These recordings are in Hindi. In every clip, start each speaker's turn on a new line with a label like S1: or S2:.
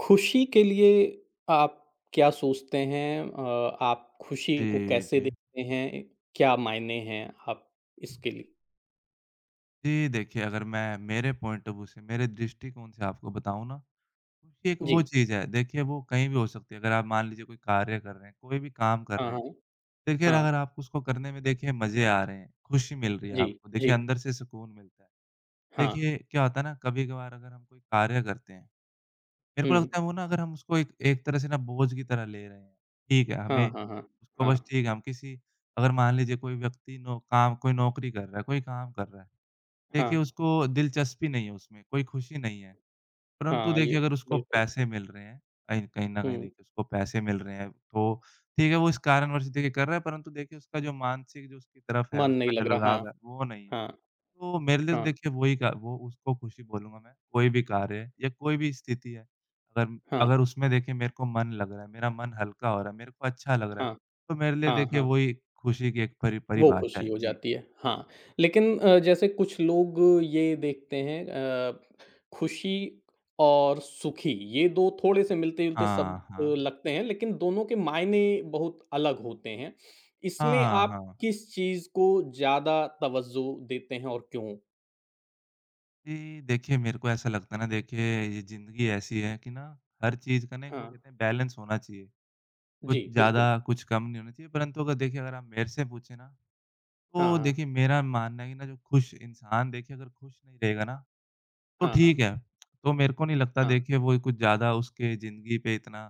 S1: खुशी के लिए आप क्या सोचते हैं? आप खुशी को
S2: जी,
S1: कैसे
S2: जी।
S1: देखते हैं? क्या मायने हैं आप इसके लिए?
S2: जी, देखिए अगर मैं मेरे पॉइंट ऑफ व्यू से, मेरे दृष्टिकोण से आपको बताऊँ ना, खुशी एक वो
S1: जी।
S2: चीज़ है, देखिए वो कहीं भी हो सकती है। अगर आप मान लीजिए कोई कार्य कर रहे हैं, कोई भी काम कर
S1: हाँ,
S2: रहे हैं,
S1: हाँ।
S2: देखिए अगर
S1: हाँ।
S2: आपको उसको करने में देखिए मज़े आ रहे हैं, खुशी मिल रही है
S1: जी,
S2: आपको,
S1: जी।
S2: देखिए अंदर से सुकून मिलता है।
S1: हाँ।
S2: देखिए क्या होता है ना, कभी-कभार अगर हम कोई कार्य करते हैं, मेरे को
S1: हुँ।
S2: लगता है वो ना अगर हम उसको एक एक तरह से ना बोझ की तरह ले रहे हैं। ठीक है,
S1: हाँ,
S2: हमें
S1: हाँ, हाँ।
S2: उसको
S1: हाँ,
S2: बस ठीक है, हम किसी अगर मान लीजिए कोई व्यक्ति नो काम कोई नौकरी कर रहा है, कोई काम कर रहा है।
S1: हाँ,
S2: देखिए, उसको दिलचस्पी नहीं है उसमें, कोई खुशी नहीं है। परंतु
S1: हाँ, ये
S2: देखिए, अगर उसको
S1: बिल्कुल।
S2: पैसे मिल रहे हैं, कहीं कहीं न कहीं
S1: हुँ,
S2: देखिए उसको पैसे मिल रहे हैं, तो ठीक है, वो इस कारणवश देखिए कर रहा है, परंतु देखिए उसका जो मानसिक जो उसकी तरफ है,
S1: मन नहीं
S2: उसका
S1: लग
S2: जो
S1: रहा।
S2: लगाव है, वो नहीं है।
S1: हाँ,
S2: तो मेरे लिए तो
S1: हाँ,
S2: देखिए वही का वो उसको खुशी बोलूँगा मैं, कोई भी कार्य है या कोई भी स्थिति है, अगर
S1: हाँ, हाँ,
S2: अगर उसमें देखिए मेरे को मन लग रहा है, मेरा मन हल्का हो रहा है, मेरे को अच्छा लग रहा है,
S1: हाँ,
S2: तो मेरे लिए
S1: हाँ,
S2: देखिए
S1: हाँ।
S2: वही खुशी की एक परि
S1: वो
S2: परिभाषा
S1: खुशी
S2: है।
S1: हो
S2: जी।
S1: जाती है, हाँ। लेकिन जैसे कुछ लोग ये देखते हैं खुशी और सुखी ये 2 थोड़े-से मिलते-जुलते
S2: हाँ,
S1: शब्द
S2: हाँ।
S1: लगते हैं, लेकिन दोनों के मायने बहुत अलग होते हैं। इसमें
S2: हाँ,
S1: आप
S2: हाँ।
S1: किस चीज़ को ज़्यादा तवज्जो देते हैं और क्यों?
S2: जी, देखिए मेरे को ऐसा लगता है ना देखिए ये ज़िंदगी ऐसी है कि ना हर चीज़ का ना एक वो
S1: हाँ,
S2: कहते हैं बैलेंस होना चाहिए।
S1: जी,
S2: कुछ ज़्यादा
S1: बिल्कुल।
S2: कुछ कम नहीं होना चाहिए परंतु अगर देखिए अगर आप मेरे से पूछें ना,
S1: हाँ,
S2: तो
S1: हाँ।
S2: देखिए मेरा मानना है कि ना जो खुश इंसान देखिए अगर खुश नहीं रहेगा ना, तो
S1: हाँ, हाँ।
S2: ठीक है। तो मेरे को नहीं लगता
S1: हाँ।
S2: देखिए वो कुछ ज़्यादा उसके ज़िंदगी पे इतना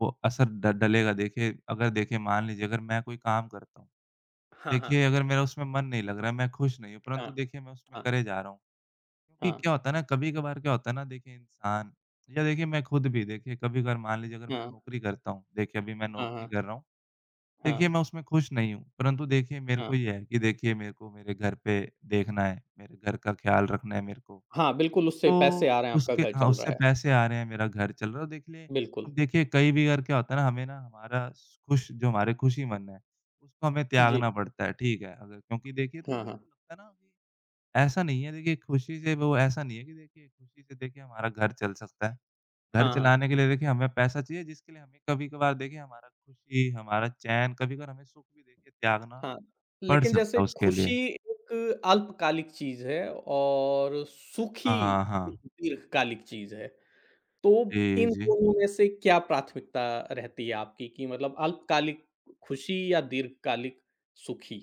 S2: वो असर ड डलेगा। देखिए अगर देखिए मान लीजिए अगर मैं कोई काम करता हूँ,
S1: हाँ, हाँ।
S2: देखिए अगर मेरा उसमें मन नहीं लग रहा है, मैं खुश नहीं हूँ परंतु देखिए मैं उसमें
S1: हाँ।
S2: करे जा रहा हूँ।
S1: हाँ,
S2: क्योंकि
S1: हाँ।
S2: क्या होता है ना, कभी-कभार क्या होता है ना, देखिए इंसान या देखिए मैं खुद भी देखिए कभी-कभार मान लीजिए अगर मैं
S1: हाँ,
S2: नौकरी करता हूँ, देखिए अभी मैं
S1: हाँ,
S2: नौकरी
S1: हाँ।
S2: कर रहा हूँ, देखिए
S1: हाँ,
S2: मैं उसमें खुश नहीं हूँ, परंतु देखिए मेरे को
S1: हाँ।
S2: ये है कि देखिए मेरे को मेरे घर पे देखना है, मेरे घर का ख़्याल रखना है मेरे को।
S1: हाँ, बिल्कुल उससे पैसे
S2: तो
S1: आ रहे हैं, आपका
S2: उसके
S1: घर
S2: हाँ,
S1: चल रहा
S2: उससे
S1: है।
S2: पैसे आ रहे हैं, मेरा घर चल रहा है और देखिए
S1: बिल्कुल।
S2: अब देखिए कई भी बार क्या होता है ना, हमें ना हमारा खुश जो हमारे खुशी मन है, उसको हमें
S1: जी।
S2: त्यागना पड़ता है, ठीक है? अगर क्योंकि देखिए तो
S1: हाँ,
S2: मेरे
S1: हाँ।
S2: को लगता है ना ऐसा नहीं है देखिए खुशी से वो ऐसा नहीं है कि देखिए खुशी से देखिए हमारा घर चल सकता है। घर
S1: हाँ, हाँ।
S2: चलाने के लिए देखिए हमें पैसा चाहिए जिसके लिए हमें कभी-कभार देखिए हमारा खुशी, हमारा चैन, कभी-कभार हमें सुख भी देखिए त्यागना
S1: हाँ,
S2: पड़
S1: लेकिन
S2: सकता
S1: जैसे
S2: है उसके
S1: खुशी
S2: लिए।
S1: एक अल्पकालिक चीज़ है और सुखी
S2: हाँ,
S1: एक
S2: हाँ।
S1: दीर्घकालिक चीज़ है। तो
S2: जी,
S1: इन
S2: जी।
S1: दोनों में से क्या प्राथमिकता रहती है आपकी कि मतलब अल्पकालिक खुशी या दीर्घकालिक सुखी?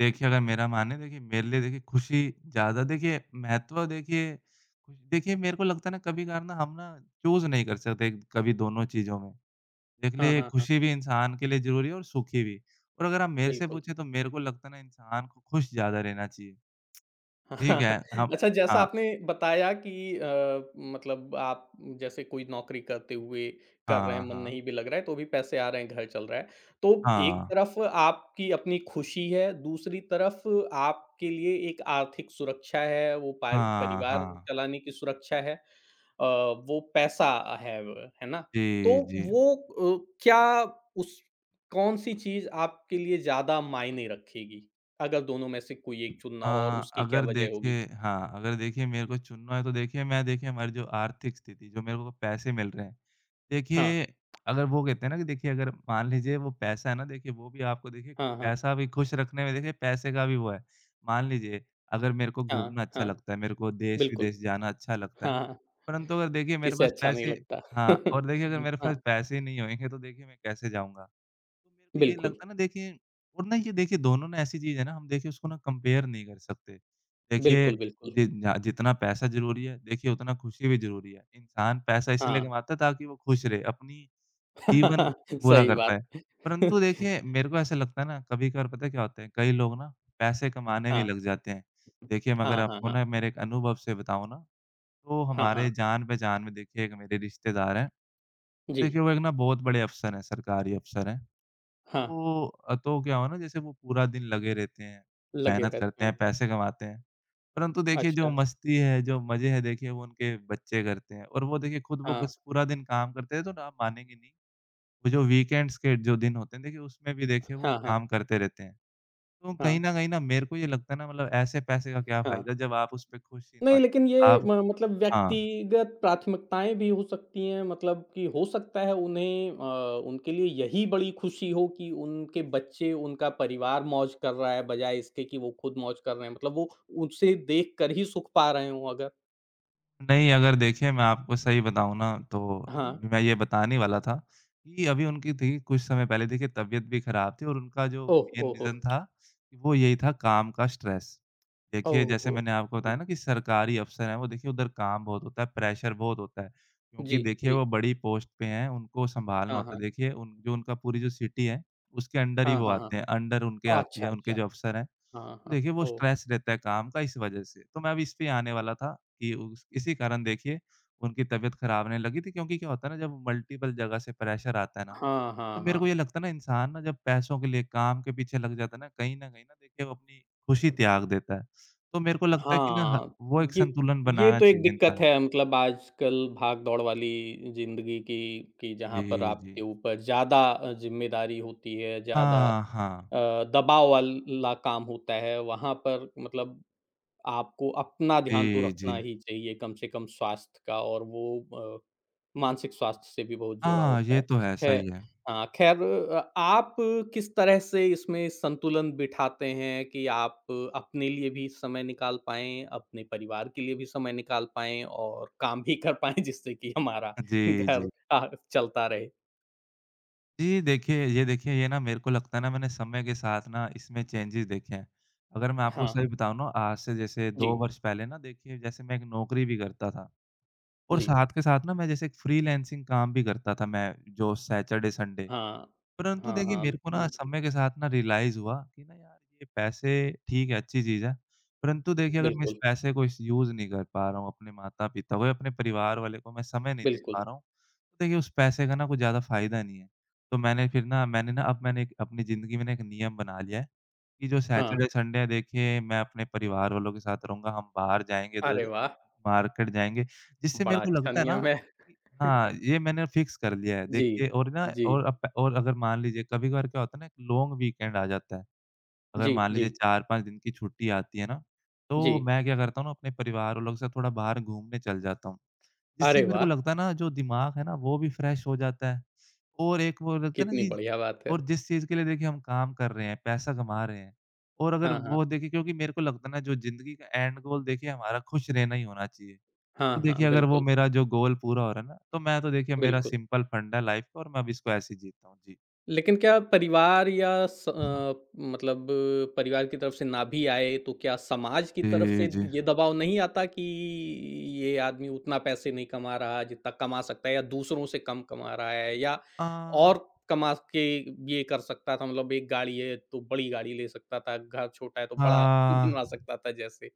S2: देखिए अगर मेरा माने देखिए मेरे लिए देखिए खुशी ज़्यादा देखिए महत्व देखिए, देखिए मेरे को लगता है ना कभी-कभार ना हम ना चूज़ नहीं कर सकते कभी दोनों चीज़ों में।
S1: हाँ,
S2: देखिए,
S1: हाँ, हाँ।
S2: खुशी भी इंसान के लिए ज़रूरी है और सुखी भी। और अगर आप मेरे से
S1: बिल्कुल।
S2: पूछें तो मेरे को लगता है ना इंसान को खुश ज़्यादा रहना चाहिए।
S1: हाँ,
S2: ठीक है, हम
S1: अच्छा, जैसा
S2: हाँ,
S1: आपने बताया कि मतलब आप जैसे कोई नौकरी करते हुए कर रहे हैं,
S2: हाँ,
S1: मन
S2: हाँ।
S1: नहीं भी लग रहा है तो भी पैसे आ रहे हैं, घर चल रहा है। तो एक
S2: हाँ,
S1: तरफ आपकी अपनी खुशी है, दूसरी तरफ आपके लिए एक आर्थिक सुरक्षा है, वो पार
S2: हाँ,
S1: परिवार
S2: हाँ।
S1: चलाने की सुरक्षा है। अ, वो पैसा है व है ना? तो
S2: जी, जी।
S1: वो क्या उस कौन-सी चीज़ आपके लिए ज़्यादा मायने रखेगी? अगर दोनों में से कोई एक चुनना हो और उसकी क्या वजह होगी?
S2: हाँ, अगर देखिए मेरे को चुनना है तो देखिए मैं देखिए हमारी जो आर्थिक स्थिति जो मेरे को पैसे मिल रहे हैं,
S1: हाँ,
S2: देखिए अगर वो कहते हैं ना कि देखिए अगर मान लीजिए वो पैसा है ना देखिए वो भी आपको देखिए
S1: हाँ, हाँ,
S2: पैसा भी खुश रखने में देखिए पैसे का भी वो है। मान लीजिए अगर मेरे को
S1: हाँ,
S2: घूमना अच्छा
S1: हाँ,
S2: लगता है, मेरे को
S1: बिल्कुल।
S2: देश-विदेश जाना अच्छा लगता है,
S1: हाँ, हाँ,
S2: परंतु अगर देखिए मेरे
S1: किसे
S2: पास
S1: अच्छा नहीं
S2: पैसे
S1: लगता।
S2: हाँ, और देखिए अगर मेरे पास
S1: हाँ,
S2: पैसे ही नहीं होएँगे तो देखिए मैं कैसे जाऊँगा? तो मेरे को ये
S1: बिल्कुल,
S2: लगता है ना देखिए और ना ये देखिए दोनों ना ऐसी चीज़ है ना हम देखिए उसको ना कंपेयर नहीं कर सकते। देखिए
S1: बिल्कुल, बिल्कुल।
S2: जि जा जितना पैसा ज़रूरी है देखिए उतना खुशी भी ज़रूरी है। इंसान पैसा इसलिए
S1: हाँ,
S2: कमाता है ताकि वो खुश रहे, अपनी जीवन पूरा
S1: सही
S2: कर पाए।
S1: बात।
S2: परंतु देखिए मेरे को ऐसा लगता है ना कभी-कभार पता है क्या होता है कई लोग ना पैसे कमाने में
S1: हाँ,
S2: लग जाते हैं। देखिए मैं अगर
S1: हाँ, हाँ,
S2: आपको
S1: हाँ,
S2: ना मेरे एक अनुभव से बताऊँ ना तो
S1: हाँ,
S2: हमारे
S1: हाँ,
S2: जान-पहचान में देखिए एक मेरे रिश्तेदार हैं। तो
S1: जी।
S2: देखिए वो एक ना बहुत बड़े अफ़सर हैं, सरकारी अफ़सर हैं।
S1: हाँ,
S2: तो तो क्या हुआ ना जैसे वो पूरा दिन लगे रहते हैं,
S1: लगे
S2: मेहनत करते
S1: रहते हैं।
S2: हैं, पैसे कमाते हैं। परंतु देखिए जो
S1: अच्छा,
S2: मस्ती है, जो मज़े हैं देखिए वो उनके बच्चे करते हैं और वो देखिए खुद वो
S1: हाँ,
S2: बस पूरा दिन काम करते हैं तो ना आप मानेंगे नहीं, वो जो वीकेंड्स के जो दिन होते हैं देखिए उसमें भी देखिए वो
S1: हाँ,
S2: काम
S1: हाँ,
S2: करते रहते हैं। तो कहीं
S1: हाँ,
S2: न कहीं ना मेरे को ये लगता है ना मतलब ऐसे पैसे का क्या
S1: हाँ।
S2: फ़ायदा जब आप उस पे खुश ही ना
S1: नहीं,
S2: होएँ।
S1: लेकिन ये
S2: आप
S1: म मतलब
S2: हाँ।
S1: व्यक्तिगत प्राथमिकताएँ भी हो सकती हैं, मतलब कि हो सकता है उन्हें, उनके लिए यही बड़ी खुशी हो कि उनके बच्चे, उनका परिवार मौज कर रहा है, बजाए इसके कि वो खुद मौज कर रहे हैं। मतलब वो उसे देख कर ही सुख पा रहे हों अगर
S2: नहीं, अगर देखिए मैं आपको सही बताऊँ ना तो
S1: हाँ।
S2: मैं ये बताने ही वाला था कि अभी उनकी थी कुछ समय पहले देखिए तबीयत भी ख़राब थी और उनका जो
S1: ओह!
S2: मेन
S1: ओह! ओह!
S2: रीज़न था, कि वो यही था काम का स्ट्रेस। देखिए
S1: ओह!
S2: जैसे
S1: ओह!
S2: मैंने आपको
S1: हुँ।
S2: बताया ना कि सरकारी अफ़सर हैं वो देखिए उधर काम बहुत होता है, प्रेशर बहुत होता है। क्योंकि
S1: जी,
S2: देखिए
S1: जी।
S2: वो बड़ी पोस्ट पे हैं, उनको सँभालना
S1: हाँ,
S2: होता
S1: हाँ।
S2: है। देखिए उन जो उनका पूरी जो सिटी है उसके अंडर ही
S1: हाँ,
S2: वो
S1: हाँ, हाँ।
S2: आते हैं, अंडर उनके आती
S1: अच्छा,
S2: है, उनके
S1: अच्छा।
S2: जो अफ़सर हैं।
S1: हाँ,
S2: तो
S1: हाँ।
S2: देखिए वो
S1: ओह!
S2: स्ट्रेस रहता है काम का इस वजह से। तो मैं अभी इस पे ही आने वाला था कि उस इसी कारण देखिए उनकी तबीयत ख़राब रहने लगी थी क्योंकि क्या होता है ना जब मल्टीपल जगह से प्रेशर आता है ना,
S1: हाँ,
S2: तो
S1: हाँ,
S2: मेरे को ये
S1: हाँ।
S2: लगता है ना इंसान ना जब पैसों के लिए काम के पीछे लग जाता है ना, कहीं न कहीं ना देखिए वो अपनी खुशी त्याग देता है। तो मेरे को लगता है कि ना ह
S1: हाँ,
S2: वो एक
S1: ये
S2: संतुलन बनाना
S1: तो एक
S2: चाहिए
S1: दिक्कत
S2: इंसान
S1: है मतलब आजकल भाग-दौड़ वाली ज़िंदगी की कि हुँ। जहाँ पर
S2: जी,
S1: आपके
S2: जी।
S1: ऊपर ज़्यादा ज़िम्मेदारी होती है, ज़्यादा
S2: हाँ, हाँ।
S1: अ, दबाव वाला काम होता है, वहाँ पर मतलब आपको अपना ध्यान तो
S2: जी,
S1: रखना
S2: जी।
S1: ही चाहिए कम से कम स्वास्थ्य का और वो अ, मानसिक स्वास्थ्य से भी बहुत जुड़ा
S2: हाँ,
S1: होता
S2: ये
S1: है।
S2: तो है,
S1: खैर,
S2: सही है।
S1: हाँ, खैर, आप किस तरह से इसमें संतुलन बिठाते हैं कि आप अपने लिए भी समय निकाल पाएँ, अपने परिवार के लिए भी समय निकाल पाएँ और काम भी कर पाएँ जिससे कि हमारा
S2: जी, जी।
S1: घर चलता रहे?
S2: जी, देखिए ये ना मेरे को लगता है ना मैंने समय के साथ ना इसमें चेंजेज़ देखे हैं। अगर मैं आपको
S1: हाँ,
S2: सही बताऊँ ना आज से जैसे 2
S1: जी,
S2: वर्ष पहले ना देखिए जैसे मैं एक नौकरी भी करता था और
S1: जी।
S2: साथ के साथ ना मैं जैसे एक फ्रीलांसिंग काम भी करता था मैं जो सैटरडे, संडे।
S1: हाँ,
S2: परंतु
S1: हाँ,
S2: देखिए मेरे
S1: हाँ,
S2: को ना समय के साथ ना रियलाइज़ हुआ कि ना यार ये पैसे ठीक है, अच्छी चीज़ है। परंतु देखिए अगर मैं इस
S1: बिल्कुल,
S2: पैसे को इस यूज़ नहीं कर पा रहा हूँ, अपने माता-पिता को या अपने परिवार वाले को मैं समय नहीं दे पा
S1: बिल्कुल।
S2: रहा हूँ, तो देखिए उस पैसे का ना कुछ ज़्यादा फ़ायदा नहीं है। तो मैंने फिर ना मैंने ना अब मैंने एक अपनी ज़िंदगी में ना एक नियम बना लिया है, कि जो
S1: हाँ,
S2: सैटरडे, संडे है देखिए मैं अपने परिवार वालों के साथ रहूँगा, हम बाहर जाएँगे
S1: अरे
S2: इधर-उधर,
S1: वाह!
S2: मार्केट जाएँगे। जिससे
S1: बड़ा
S2: मेरे को
S1: अच्छा
S2: लगता है ना
S1: नियम है।
S2: हाँ, ये मैंने फिक्स कर लिया है।
S1: जी,
S2: देखिए और ना
S1: जी,
S2: और अगर मान लीजिए कभी-कभार क्या होता है ना, लॉन्ग वीकेंड आ जाता है। अगर
S1: जी,
S2: मान
S1: जी,
S2: लीजिए 4-5 दिन की छुट्टी आती है ना,
S1: जी।
S2: तो मैं क्या करता हूँ ना, अपने परिवार वालों के साथ थोड़ा बाहर घूमने चल जाता हूँ। जिससे
S1: अरे
S2: मेरे को
S1: वाह!
S2: लगता है ना, जो दिमाग है ना, वो भी फ्रेश हो जाता है। और एक वो लगता है ना
S1: कितनी
S2: कि
S1: बढ़िया बात है।
S2: और जिस चीज़ के लिए देखिए हम काम कर रहे हैं, पैसा कमा रहे हैं और अगर
S1: हाँ, हाँ।
S2: वो देखिए क्योंकि मेरे को लगता है ना, जो ज़िंदगी का एंड गोल देखिए हमारा खुश रहना ही होना चाहिए।
S1: हाँ,
S2: तो देखिए
S1: हाँ,
S2: अगर वो
S1: बिल्कुल,
S2: मेरा जो गोल पूरा हो रहा है ना, तो मैं तो देखिए मेरा
S1: बिल्कुल।
S2: सिंपल फंडा है लाइफ़ का और मैं अब इसको ऐसे ही जीता हूँ। जी।
S1: लेकिन क्या परिवार या स मतलब परिवार की तरफ से ना भी आए तो क्या समाज की तरफ से
S2: जी, जी।
S1: ये दबाव नहीं आता कि ये आदमी उतना पैसे नहीं कमा रहा जितना कमा सकता है या दूसरों से कम कमा रहा है या
S2: अ,
S1: और कमा के ये कर सकता था मतलब एक गाड़ी है तो बड़ी गाड़ी ले सकता था, घर छोटा है तो बड़ा
S2: हाँ,
S1: बनवा सकता था जैसे?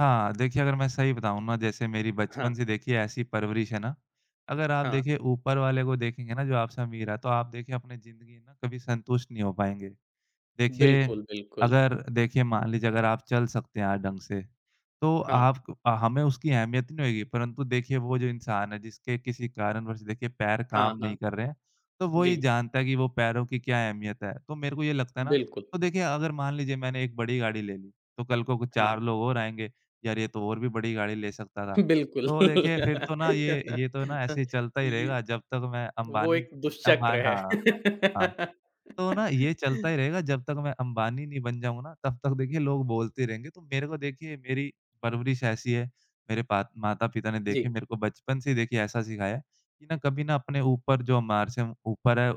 S2: हाँ, देखिए अगर मैं सही बताऊँ ना जैसे मेरी
S1: हाँ,
S2: बचपन से देखिए ऐसी परवरिश है ना, अगर आप
S1: हाँ।
S2: देखिए ऊपर वाले को देखेंगे ना जो आपसे अमीर है, तो आप देखिए अपनी ज़िंदगी ना कभी संतुष्ट नहीं हो पाएँगे। देखिए,
S1: बिल्कुल, बिल्कुल।
S2: अगर देखिए मान लीजिए अगर आप चल सकते हैं आज ढंग से, तो
S1: हाँ,
S2: आप हमें उसकी अहमियत ही नहीं होएगी, परंतु देखिए वो जो इंसान है जिसके किसी कारणवश देखिए पैर काम
S1: हाँ,
S2: नहीं
S1: हाँ।
S2: कर रहे हैं, तो वो ही
S1: जी,
S2: जानता है कि वो पैरों की क्या अहमियत है। तो मेरे को ये लगता है ना
S1: बिल्कुल।
S2: तो देखिए अगर मान लीजिए मैंने एक बड़ी गाड़ी ले ली, तो कल को कुछ
S1: हाँ,
S2: 4 लोग और आएँगे, यार ये तो और भी बड़ी गाड़ी ले सकता था।
S1: बिल्कुल।
S2: तो देखिए फिर तो ना ये तो ना
S1: अ,
S2: ऐसे ही चलता ही
S1: ये
S2: रहेगा जब तक मैं
S1: वो
S2: अंबानी
S1: एक
S2: अंबा
S1: दुष्चक्र
S2: हाँ, हाँ।
S1: है।
S2: तो ना ये चलता ही रहेगा जब तक मैं अंबानी नहीं बन जाऊँगा ना, तब तक देखिए लोग बोलते रहेंगे। तो मेरे को देखिए मेरी परवरिश ऐसी है, मेरे पा माता-पिता ने देखिए
S1: जी,
S2: मेरे को बचपन से ही देखिए ऐसा सिखाया है कि ना कभी ना अपने ऊपर जो हमारे से ऊपर है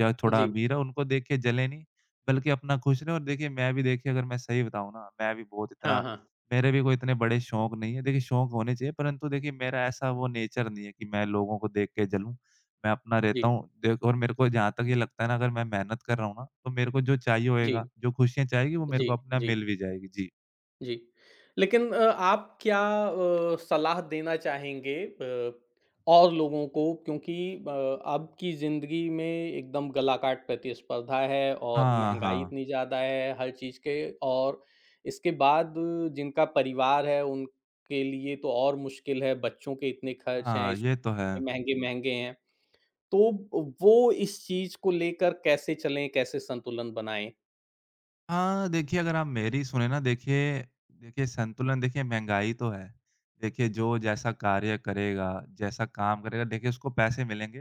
S2: या थोड़ा
S1: जी।
S2: अमीर है उनको देख के जलें नहीं, बल्कि अपना खुश रहें। और देखिए मैं भी देखिए अगर मैं सही बताऊँ ना, मैं भी बहुत
S1: हाँ,
S2: इतना
S1: हाँ।
S2: मेरे भी कोई इतने बड़े शौक नहीं है। देखिए शौक होने चाहिए, परंतु देखिए मेरा ऐसा वो नेचर नहीं है कि मैं लोगों को देख के जलूँ। मैं अपना रहता
S1: जी,
S2: हूँ। देख और मेरे को जहाँ तक ये लगता है ना अगर मैं मेहनत कर रहा हूँ ना, तो मेरे को जो चाहिए
S1: जी,
S2: होएगा, जो खुशियाँ चाहिए वो मेरे
S1: जी,
S2: को अपना
S1: जी।
S2: मिल भी जाएगी। जी।
S1: जी। लेकिन आप क्या सलाह देना चाहेंगे और लोगों को क्योंकि अ, अब की ज़िंदगी में एकदम गलाकाट प्रतिस्पर्धा है और
S2: हाँ,
S1: महँगाई
S2: हाँ।
S1: इतनी ज़्यादा है हर चीज़ के और इसके बाद जिनका परिवार है उनके लिए तो और मुश्किल है, बच्चों के इतने खर्च हैं,
S2: हाँ, ये तो है।
S1: स्कूल महँगे-महँगे हैं। तो वो इस चीज़ को लेकर कैसे चलें, कैसे संतुलन बनाएँ?
S2: हाँ, देखिए अगर आप मेरी सुने ना, देखिए देखिए संतुलन, देखिए महँगाई तो है। देखिए जो जैसा कार्य करेगा, जैसा काम करेगा देखिए उसको पैसे मिलेंगे।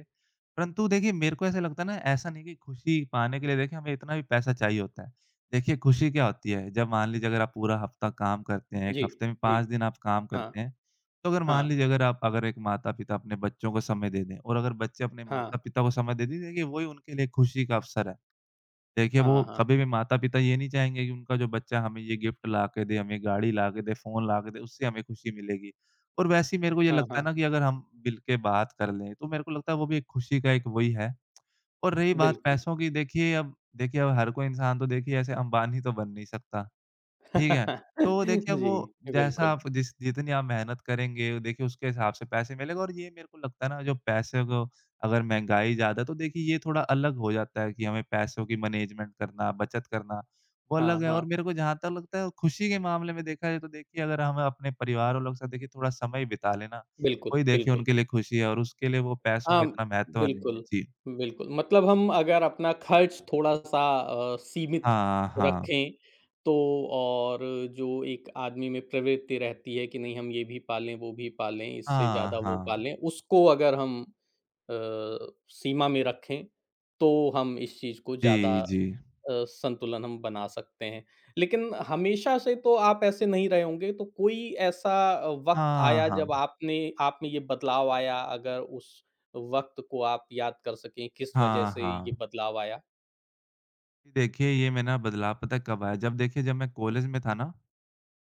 S2: परंतु देखिए मेरे को ऐसा लगता है ना, ऐसा नहीं कि खुशी पाने के लिए देखिए हमें इतना भी पैसा चाहिए होता है। देखिए खुशी क्या होती है, जब मान लीजिए अगर आप पूरा हफ़्ता काम करते हैं, 1
S1: जी,
S2: हफ़्ते में
S1: जी।
S2: 5 दिन आप काम
S1: हाँ,
S2: करते हैं। तो अगर मान
S1: हाँ,
S2: लीजिए अगर एक माता-पिता अपने बच्चों को समय दे दें और अगर बच्चे अपने
S1: हाँ,
S2: माता-पिता को समय दे दें, देखिए वही उनके लिए खुशी का अवसर है। देखिए, वो
S1: हाँ, हाँ।
S2: कभी भी माता-पिता ये नहीं चाहेंगे कि उनका जो बच्चा हमें ये गिफ्ट ला के दे, हमें गाड़ी ला के दे, फ़ोन ला के दे, उससे हमें खुशी मिलेगी। और वैसे ही मेरे को ये
S1: हाँ,
S2: लगता है
S1: हाँ,
S2: ना कि अगर हम मिल के बात कर लें, तो मेरे को लगता है वो भी एक खुशी का एक वही है। और रही बात
S1: बिल्कुल।
S2: पैसों की, देखिए अब हर कोई इंसान तो देखिए ऐसे अंबानी तो बन नहीं सकता। ठीक है। तो देखिए वो
S1: जी,
S2: जैसा
S1: बिल्कुल।
S2: आप जिस जितनी आप मेहनत करेंगे, देखिए उसके हिसाब से पैसे मिलेंगे। और ये मेरे को लगता है ना, जो पैसे को अगर महँगाई ज़्यादा है तो देखिए ये थोड़ा अलग हो जाता है कि हमें पैसों की मैनेजमेंट करना, बचत करना, वो
S1: हाँ,
S2: अलग है।
S1: हाँ,
S2: और मेरे को जहाँ तक लगता है खुशी के मामले में देखा जाए, तो देखिए अगर हम अपने परिवार वालों के साथ देखिए थोड़ा समय बिता लें ना,
S1: बिल्कुल,
S2: वही देखिए
S1: बिल्कुल।
S2: उनके लिए खुशी है और उसके लिए वो पैसों का
S1: हाँ,
S2: इतना महत्व नहीं है।
S1: बिल्कुल,
S2: जी।
S1: बिल्कुल। मतलब हम अगर अपना खर्च थोड़ा-सा सीमित
S2: हाँ, हाँ।
S1: रखें, तो और जो एक आदमी में प्रवृत्ति रहती है कि नहीं हम ये भी पालें, वो भी पालें, इससे
S2: हाँ,
S1: ज़्यादा वो
S2: हाँ।
S1: पालें, उसको अगर हम अ, सीमा में रखें, तो हम इस चीज़ को ज़्यादा
S2: जी, जी।
S1: संतुलन हम बना सकते हैं। लेकिन हमेशा से तो आप ऐसे नहीं रहे होंगे, तो कोई ऐसा वक़्त
S2: हाँ,
S1: आया जब
S2: हाँ।
S1: आपने आप में ये बदलाव आया, अगर उस वक़्त को आप याद कर सकें, किस वजह
S2: हाँ,
S1: से ये
S2: हाँ।
S1: बदलाव आया?
S2: देखिए, ये मैं ना बदलाव पता है कब आया, जब देखिए जब मैं कॉलेज में था ना,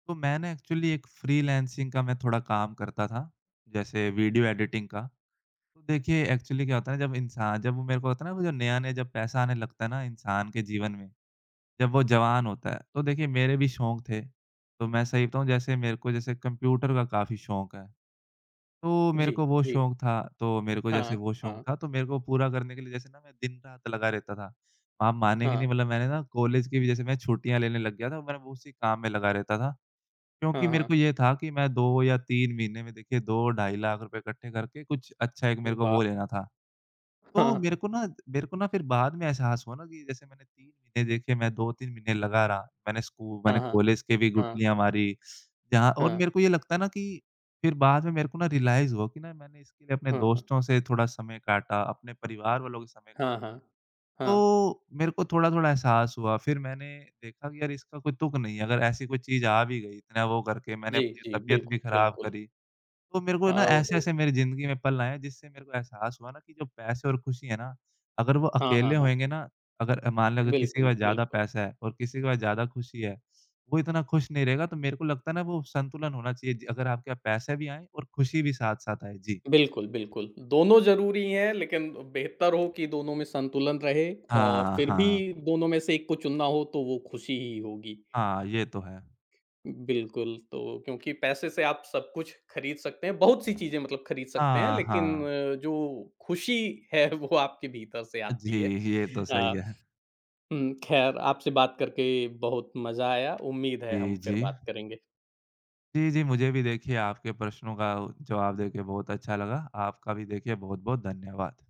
S2: तो मैं ना एक्चुअली एक फ्रीलांसिंग का मैं थोड़ा काम करता था, जैसे वीडियो एडिटिंग का। तो देखिए एक्चुअली क्या होता है ना, जब इंसान जब वो मेरे को होता है ना, वो जो नया-नया जब पैसा आने लगता है ना इंसान के जीवन में, जब वो जवान होता है, तो देखिए मेरे भी शौक थे। तो मैं सही बताऊँ, जैसे मेरे को जैसे कंप्यूटर का काफ़ी शौक है, तो मेरे
S1: जी,
S2: को वो
S1: जी।
S2: शौक था, तो मेरे को जैसे
S1: हाँ,
S2: वो शौक
S1: हाँ,
S2: था, तो मेरे को पूरा करने के लिए जैसे ना मैं दिन-रात लगा रहता था। आप मानेंगे
S1: हाँ,
S2: नहीं, मतलब मैंने ना कॉलेज की भी जैसे मैं छुट्टियाँ लेने लग गया था, मैं वो उसी काम में लगा रहता था। क्योंकि
S1: हाँ,
S2: मेरे
S1: हाँ।
S2: को ये था कि मैं 2 या 3 महीने में देखिए 2 ढाई लाख रुपए इकट्ठे करके कुछ अच्छा एक मेरे को वो
S1: वाह!
S2: लेना था। तो
S1: हाँ,
S2: मेरे को ना फिर बाद में एहसास हुआ ना कि जैसे मैंने 3 महीने देखे, मैं 2-3 महीने लगा रहा। मैंने
S1: हाँ, हाँ,
S2: कॉलेज के भी
S1: हाँ,
S2: गुठलियाँ मारी, जहाँ और
S1: हाँ,
S2: मेरे को ये लगता है ना कि फिर बाद में मेरे को ना रियलाइज़ हुआ कि ना मैंने इसके लिए अपने
S1: हाँ,
S2: दोस्तों से थोड़ा समय काटा, अपने परिवार वालों के समय काटा।
S1: हाँ, हाँ, हाँ,
S2: तो
S1: हाँ।
S2: मेरे को थोड़ा-थोड़ा एहसास हुआ, फिर मैंने देखा कि यार इसका कोई तुक नहीं है, अगर ऐसी कोई चीज़ आ भी गई इतना वो करके मैंने
S1: जी,
S2: अपनी
S1: जी,
S2: तबीयत भी
S1: बिल्कुल,
S2: खराब
S1: बिल्कुल।
S2: करी। तो मेरे को
S1: हाँ,
S2: ना
S1: ओहो!
S2: ऐसे-ऐसे मेरी ज़िंदगी में पल आए हैं, जिससे मेरे को एहसास हुआ ना कि जो पैसे और खुशी है ना, अगर वो
S1: हाँ,
S2: अकेले
S1: हाँ, हाँ।
S2: होएँगे ना, अगर मान लो अगर किसी के
S1: बिल्कुल,
S2: पास ज़्यादा
S1: बिल्कुल।
S2: पैसा है और किसी के पास ज़्यादा खुशी है, वो इतना खुश नहीं रहेगा। तो मेरे को लगता है ना वो संतुलन होना चाहिए, ज अगर आपके पास पैसे भी आएँ और खुशी भी साथ-साथ आए। जी।
S1: बिल्कुल, बिल्कुल। दोनों ज़रूरी हैं लेकिन बेहतर हो कि दोनों में संतुलन रहे और
S2: हाँ,
S1: फिर भी
S2: हाँ।
S1: दोनों में से एक को चुनना हो तो वो खुशी ही होगी।
S2: हाँ, ये तो है।
S1: बिल्कुल, तो क्योंकि पैसे से आप सब कुछ खरीद सकते हैं, बहुत सी चीज़ें मतलब खरीद सकते हैं
S2: हाँ,
S1: लेकिन
S2: हाँ।
S1: जो खुशी है वो आपके भीतर से
S2: जी,
S1: आती है।
S2: ये तो सही
S1: अ,
S2: है।
S1: हुँ, ख़ैर, आपसे बात करके बहुत मज़ा आया, उम्मीद है
S2: जी,
S1: हम फिर
S2: जी।
S1: बात करेंगे।
S2: जी, जी, मुझे भी देखिए आपके प्रश्नों का जवाब देके बहुत अच्छा लगा। आपका भी देखिए बहुत-बहुत धन्यवाद।